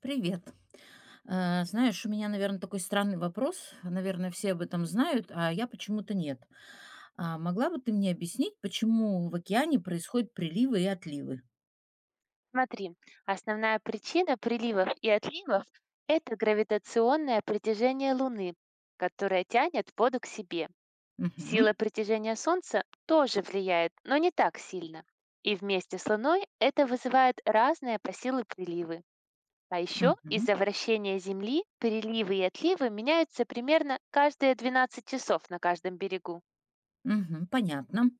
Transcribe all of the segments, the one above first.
Привет. Знаешь, у меня, наверное, такой странный вопрос. Наверное, все об этом знают, а я почему-то нет. А могла бы ты мне объяснить, почему в океане происходят приливы и отливы? Смотри, основная причина приливов и отливов – это гравитационное притяжение Луны, которое тянет воду к себе. Мгм. Сила притяжения Солнца тоже влияет, но не так сильно. И вместе с Луной это вызывает разные по силы приливы. А еще Мгм. из-за вращения Земли приливы и отливы меняются примерно каждые 12 часов на каждом берегу. Мгм, понятно.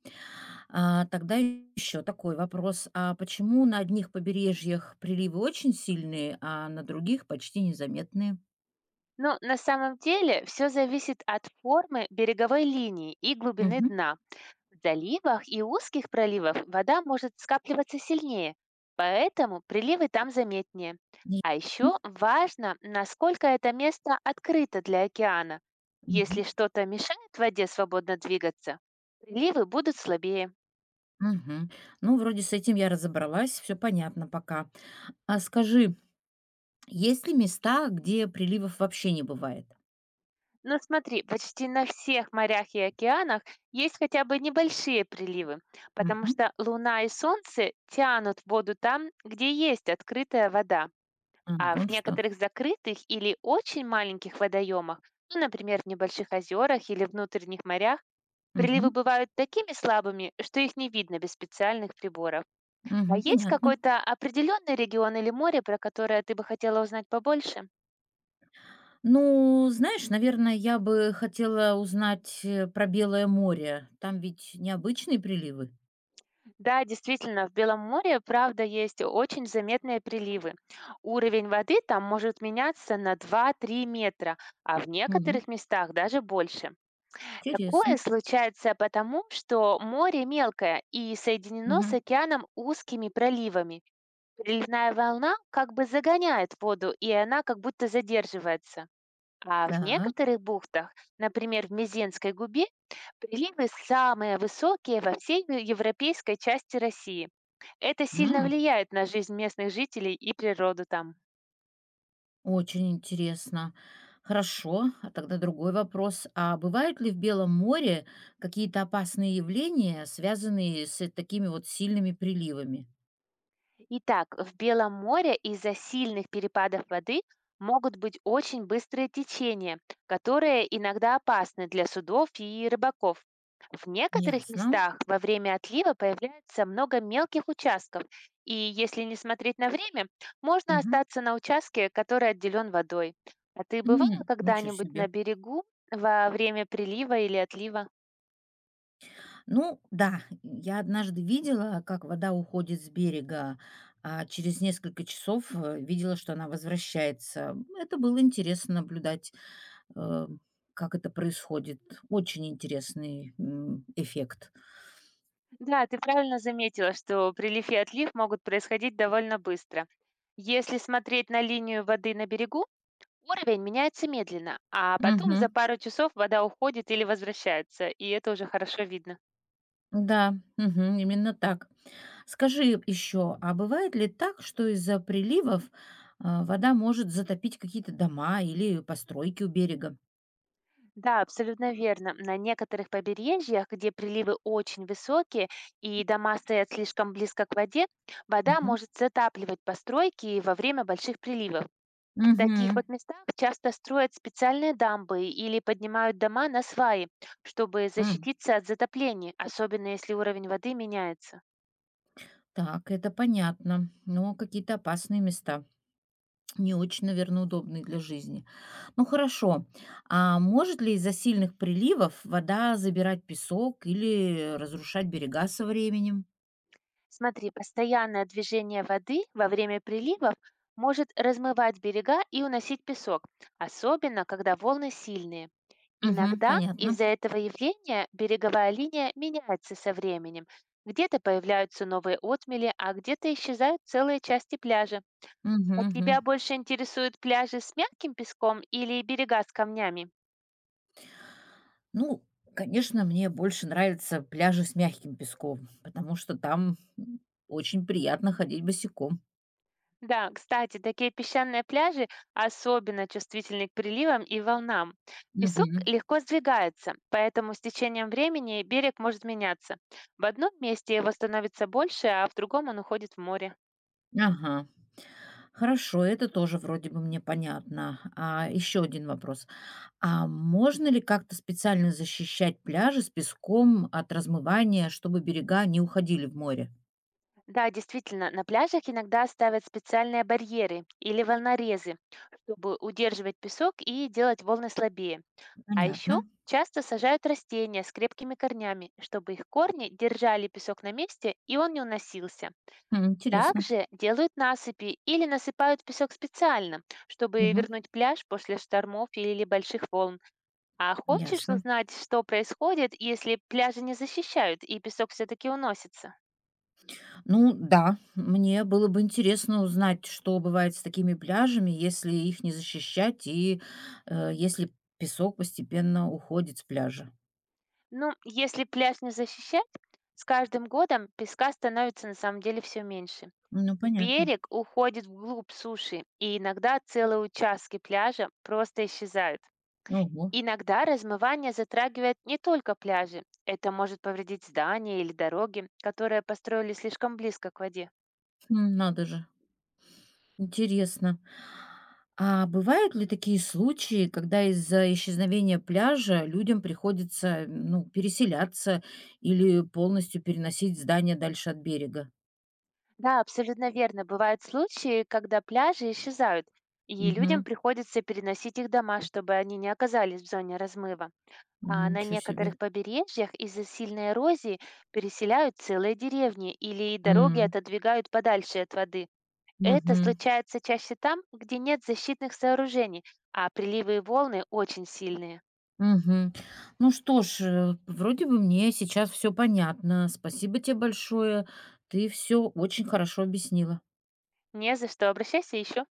А, тогда еще такой вопрос. А почему на одних побережьях приливы очень сильные, а на других почти незаметные? Но на самом деле все зависит от формы береговой линии и глубины Мгм. дна. В заливах и узких проливах вода может скапливаться сильнее, поэтому приливы там заметнее. А Ясно. еще важно, насколько это место открыто для океана. Если Мгм. что-то мешает воде свободно двигаться, приливы будут слабее. Мгм. Ну, вроде с этим я разобралась, все понятно пока. А скажи, есть ли места, где приливов вообще не бывает? Но смотри, почти на всех морях и океанах есть хотя бы небольшие приливы, потому Мгм. что Луна и Солнце тянут воду там, где есть открытая вода. А, А в вон что. некоторых закрытых или очень маленьких водоемах, ну, например, в небольших озерах или внутренних морях, приливы Мгм. бывают такими слабыми, что их не видно без специальных приборов. А Мгм, есть понятно. какой-то определенный регион или море, про которое ты бы хотела узнать побольше? Ну, знаешь, наверное, я бы хотела узнать про Белое море. Там ведь необычные приливы. Да, действительно, в Белом море, правда, есть очень заметные приливы. Уровень воды там может меняться на два-три метра, а в Мгм. некоторых местах даже больше. Такое Интересно. случается потому, что море мелкое и соединено с Мгм. океаном узкими проливами. Приливная волна как бы загоняет воду, и она как будто задерживается. А в Так, некоторых бухтах, например, в Мезенской губе, приливы самые высокие во всей европейской части России. Это сильно м, влияет на жизнь местных жителей и природу там. очень интересно. Хорошо, а тогда другой вопрос. А бывают ли в Белом море какие-то опасные явления, связанные с такими вот сильными приливами? Итак, в Белом море из-за сильных перепадов воды могут быть очень быстрые течения, которые иногда опасны для судов и рыбаков. В некоторых Ясно. местах во время отлива появляется много мелких участков, и если не смотреть на время, можно Мгм. остаться на участке, который отделен водой. А ты бывала М, ничего когда-нибудь на себе. берегу во время прилива или отлива? Ну да, я однажды видела, как вода уходит с берега, а через несколько часов, видела, что она возвращается. Это было интересно наблюдать, э, как это происходит. Очень интересный, м, эффект. Да, ты правильно заметила, что прилив и отлив могут происходить довольно быстро. Если смотреть на линию воды на берегу, уровень меняется медленно, а потом Мгм. за пару часов вода уходит или возвращается, и это уже хорошо видно. Да, мгм, именно так. Скажи еще, а бывает ли так, что из-за приливов, а, вода может затопить какие-то дома или постройки у берега? Да, абсолютно верно. На некоторых побережьях, где приливы очень высокие и дома стоят слишком близко к воде, вода Мгм. может затапливать постройки во время больших приливов. В таких Мгм. вот местах часто строят специальные дамбы или поднимают дома на сваи, чтобы защититься от затоплений, особенно если уровень воды меняется. Так, это понятно, но какие-то опасные места, не очень, наверное, удобные для жизни. Ну хорошо, а может ли из-за сильных приливов вода забирать песок или разрушать берега со временем? Смотри, постоянное движение воды во время приливов может размывать берега и уносить песок, особенно когда волны сильные. Мгм, Иногда понятно. из-за этого явления береговая линия меняется со временем. Где-то появляются новые отмели, а где-то исчезают целые части пляжа. Мгм, А тебя мгм. больше интересуют пляжи с мягким песком или берега с камнями? Ну, конечно, мне больше нравятся пляжи с мягким песком, потому что там м, очень приятно ходить босиком. Да, кстати, такие песчаные пляжи особенно чувствительны к приливам и волнам. Песок Мгм. легко сдвигается, поэтому с течением времени берег может меняться. В одном месте его становится больше, а в другом он уходит в море. Ага. Хорошо, это тоже вроде бы мне понятно. А еще один вопрос. А можно ли как-то специально защищать пляжи с песком от размывания, чтобы берега не уходили в море? Да, действительно, на пляжах иногда ставят специальные барьеры или волнорезы, чтобы удерживать песок и делать волны слабее. А еще Понятно. часто сажают растения с крепкими корнями, чтобы их корни держали песок на месте и он не уносился. Хм, интересно. Также делают насыпи или насыпают песок специально, чтобы Мгм. вернуть пляж после штормов или больших волн. А хочешь Ясно. узнать, что происходит, если пляжи не защищают и песок все-таки уносится? Ну да, мне было бы интересно узнать, что бывает с такими пляжами, если их не защищать и если песок постепенно уходит с пляжа. Ну, если пляж не защищать, с каждым годом песка становится на самом деле все меньше. Ну понятно. Берег уходит вглубь суши, и иногда целые участки пляжа просто исчезают. Ого. Иногда размывание затрагивает не только пляжи. Это может повредить здания или дороги, которые построили слишком близко к воде. М, надо же. Интересно. А бывают ли такие случаи, когда из-за исчезновения пляжа людям приходится, ну, переселяться или полностью переносить здание дальше от берега? Да, абсолютно верно. Бывают случаи, когда пляжи исчезают, и людям Угу. приходится переносить их дома, чтобы они не оказались в зоне размыва. А на Ничего некоторых себе. побережьях из-за сильной эрозии переселяют целые деревни или дороги М. отодвигают подальше от воды. Это Мгм. случается чаще там, где нет защитных сооружений, а приливы и волны очень сильные. Мгм. Ну что ж, вроде бы мне сейчас все понятно. Спасибо тебе большое. Ты все очень хорошо объяснила. Не за что, обращайся еще.